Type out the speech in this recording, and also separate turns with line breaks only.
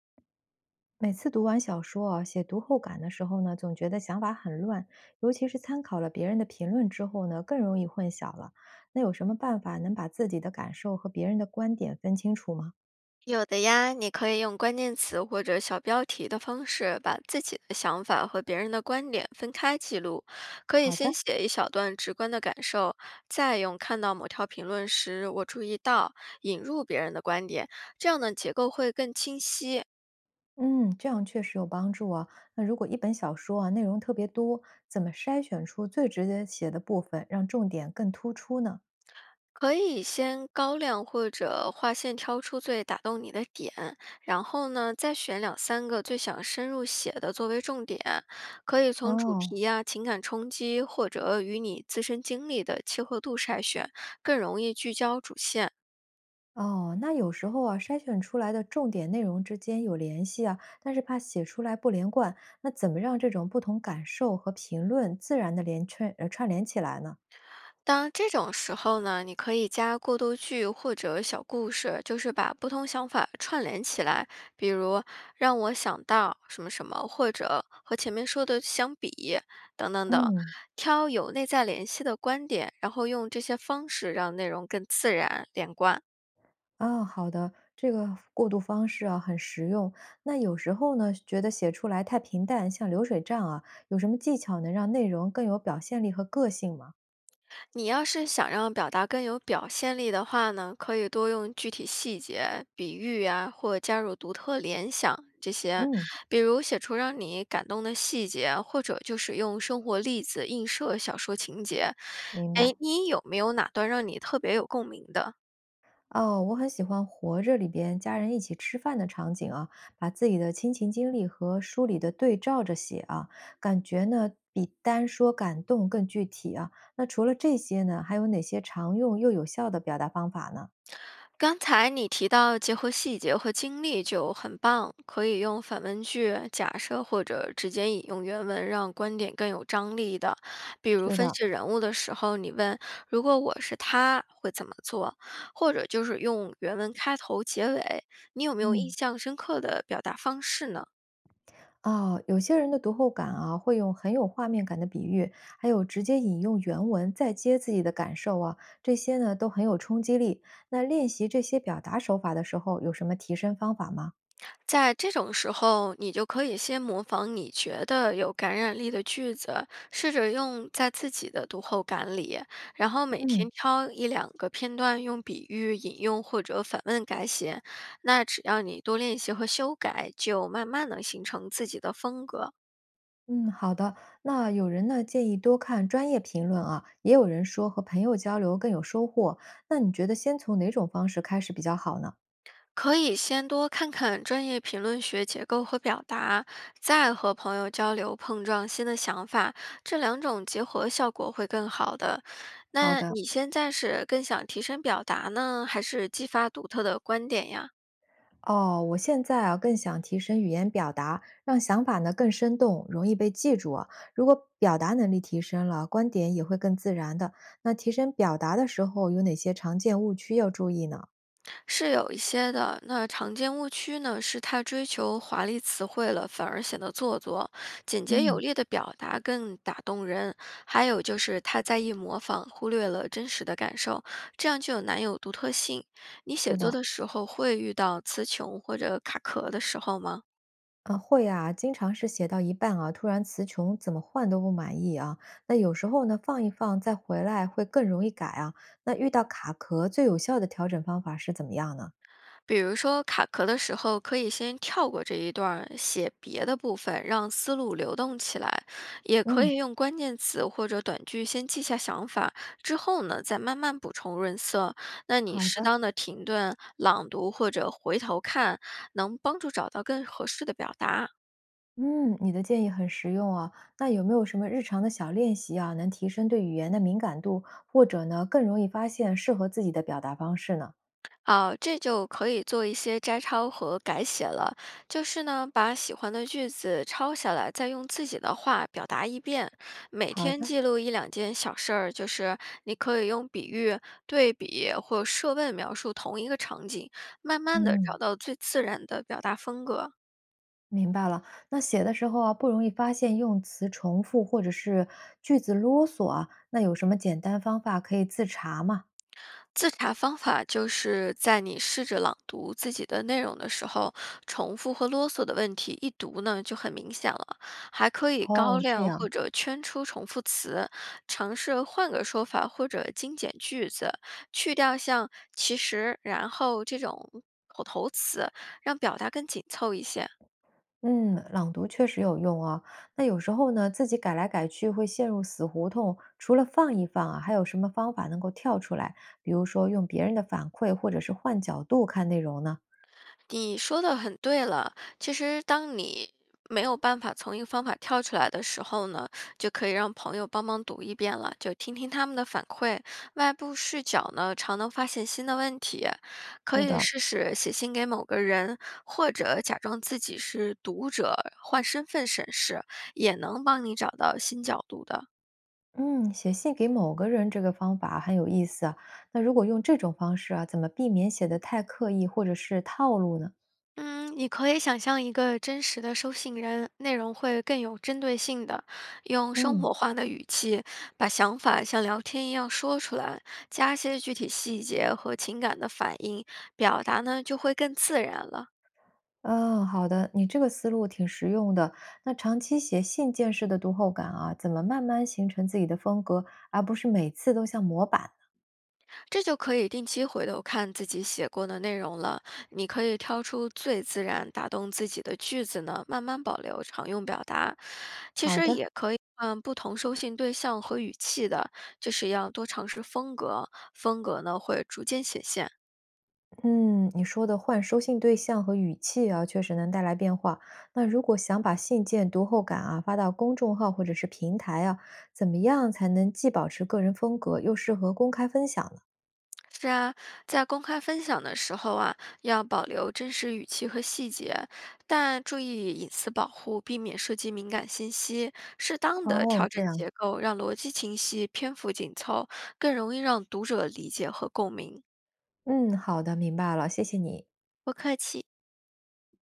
每次读完小说啊，写读后感的时候呢，总觉得想法很乱，尤其是参考了别人的评论之后呢，更容易混淆了。那有什么办法能把自己的感受和别人的观点分清楚吗？
有的呀，你可以用关键词或者小标题的方式，把自己的想法和别人的观点分开记录。可以
好
先
的。
写一小段直观的感受，再用看到某条评论时我注意到，引入别人的观点，这样呢结构会更清晰。
嗯，这样确实有帮助啊。那如果一本小说啊内容特别多，怎么筛选出最直接写的部分，让重点更突出呢？
可以先高亮或者划线挑出最打动你的点，然后呢，再选两三个最想深入写的作为重点，可以从主
哦。
题呀、情感冲击或者与你自身经历的契合度筛选，更容易聚焦主线。
哦，那有时候啊，筛选出来的重点内容之间有联系啊，但是怕写出来不连贯，那怎么让这种不同感受和评论自然的连串串联起来呢？
当这种时候呢，你可以加过渡句或者小故事，就是把不同想法串联起来。比如让我想到什么什么，或者和前面说的相比，等等等，
嗯。
挑有内在联系的观点，然后用这些方式让内容更自然连贯。
啊，好的，这个过渡方式啊很实用。那有时候呢，觉得写出来太平淡，像流水账啊，有什么技巧能让内容更有表现力和个性吗？
你要是想让表达更有表现力的话呢，可以多用具体细节、比喻呀，或加入独特联想这些，
嗯。
比如写出让你感动的细节，或者就是用生活例子映射小说情节。
明白。
哎，你有没有哪段让你特别有共鸣的？
哦，我很喜欢《活着》里边家人一起吃饭的场景啊，把自己的亲情经历和书里的对照着写啊，感觉呢比单说感动更具体啊。那除了这些呢，还有哪些常用又有效的表达方法呢？
刚才你提到结合细节和经历就很棒，可以用反问句、假设或者直接引用原文，让观点更有张力的。比如
是
分
的。
析人物的时候，你问“如果我是他会怎么做”，或者就是用原文开头、结尾。你有没有印
嗯。
象深刻的表达方式呢？
哦，有些人的读后感啊，会用很有画面感的比喻，还有直接引用原文，再接自己的感受啊，这些呢都很有冲击力。那练习这些表达手法的时候，有什么提升方法吗？
在这种时候，你就可以先模仿你觉得有感染力的句子，试着用在自己的读后感里，然后每天
嗯
挑一两个片段，用比喻、引用或者反问改写。那只要你多练习和修改，就慢慢能形成自己的风格。
嗯，好的。那有人呢建议多看专业评论啊，也有人说和朋友交流更有收获。那你觉得先从哪种方式开始比较好呢？
可以先多看看专业评论学结构和表达，再和朋友交流碰撞新的想法，这两种结合效果会更好的。
好
那
的。
你现在是更想提升表达呢，还是激发独特的观点呀？
哦，我现在啊更想提升语言表达，让想法呢更生动，容易被记住啊。如果表达能力提升了，观点也会更自然的。那提升表达的时候有哪些常见误区要注意呢？
是有一些的。那常见误区呢，是太追求华丽词汇了，反而显得做作；简洁有
嗯。
力的表达更打动人。还有就是太在意模仿，忽略了真实的感受，这样就有难有独特性。你
是
写作
的。
的时候会遇到词穷或者卡壳的时候吗？
啊，会啊，经常是写到一半啊，突然词穷，怎么换都不满意啊。那有时候呢，放一放再回来会更容易改啊。那遇到卡壳，最有效的调整方法是怎么样呢？
比如说卡壳的时候，可以先跳过这一段儿，写别的部分，让思路流动起来。也可
嗯，
以用关键词或者短句先记下想法，之后呢再慢慢补充润色。那你
好
适
的。
当的停顿、朗读或者回头看，能帮助找到更合适的表达。
嗯，你的建议很实用啊。那有没有什么日常的小练习啊，能提升对语言的敏感度，或者呢，更容易发现适合自己的表达方式呢？
好，这就可以做一些摘抄和改写了，就是呢，把喜欢的句子抄下来，再用自己的话表达一遍。每
好
天
的。
记录一两件小事儿，就是你可以用比喻、对比或设问描述同一个场景，慢慢的找
嗯。
到最自然的表达风格。
明白了，那写的时候啊，不容易发现用词重复或者是句子啰嗦啊，那有什么简单方法可以自查吗？
自查方法就是在你试着朗读自己的内容的时候，重复和啰嗦的问题一读呢就很明显了，还可以高
哦，这
亮
样。
或者圈出重复词，尝试换个说法或者精简句子，去掉像其实、然后这种口头词，让表达更紧凑一些。
嗯，朗读确实有用啊。那有时候呢，自己改来改去会陷入死胡同，除了放一放啊，还有什么方法能够跳出来？比如说用别人的反馈，或者是换角度看内容呢？
你说的很对了，其实当你没有办法从一个方法跳出来的时候呢，就可以让朋友帮忙读一遍了，就听听他们的反馈。外部视角呢，常能发现新的问题，可
是
以
的。
试试写信给某个人，或者假装自己是读者，换身份审视，也能帮你找到新角度的。
嗯，写信给某个人这个方法很有意思啊。那如果用这种方式啊，怎么避免写得太刻意或者是套路呢？
嗯，你可以想象一个真实的收信人，内容会更有针对性的，用生
嗯。
活化的语气把想法像聊天一样说出来，加些具体细节和情感的反应，表达呢就会更自然了。
啊，好的，你这个思路挺实用的。那长期写信件式的读后感啊，怎么慢慢形成自己的风格，而不是每次都像模板？
这就可以定期回头看自己写过的内容了。你可以挑出最自然打动自己的句子呢，慢慢保留常用表达。其
好
实
的。
也可以不同收信对象和语气的，就是要多尝试风格，风格呢会逐渐显现。
嗯，你说的换收信对象和语气啊，确实能带来变化。那如果想把信件读后感啊发到公众号或者是平台啊，怎么样才能既保持个人风格，又适合公开分享呢？
是啊，在公开分享的时候啊，要保留真实语气和细节，但注意隐私保护，避免涉及敏感信息，适当的
哦，
调
这
整结
样。
构，让逻辑清晰，篇幅紧凑，更容易让读者理解和共鸣。
嗯，好的，明白了，谢谢你。
不客气。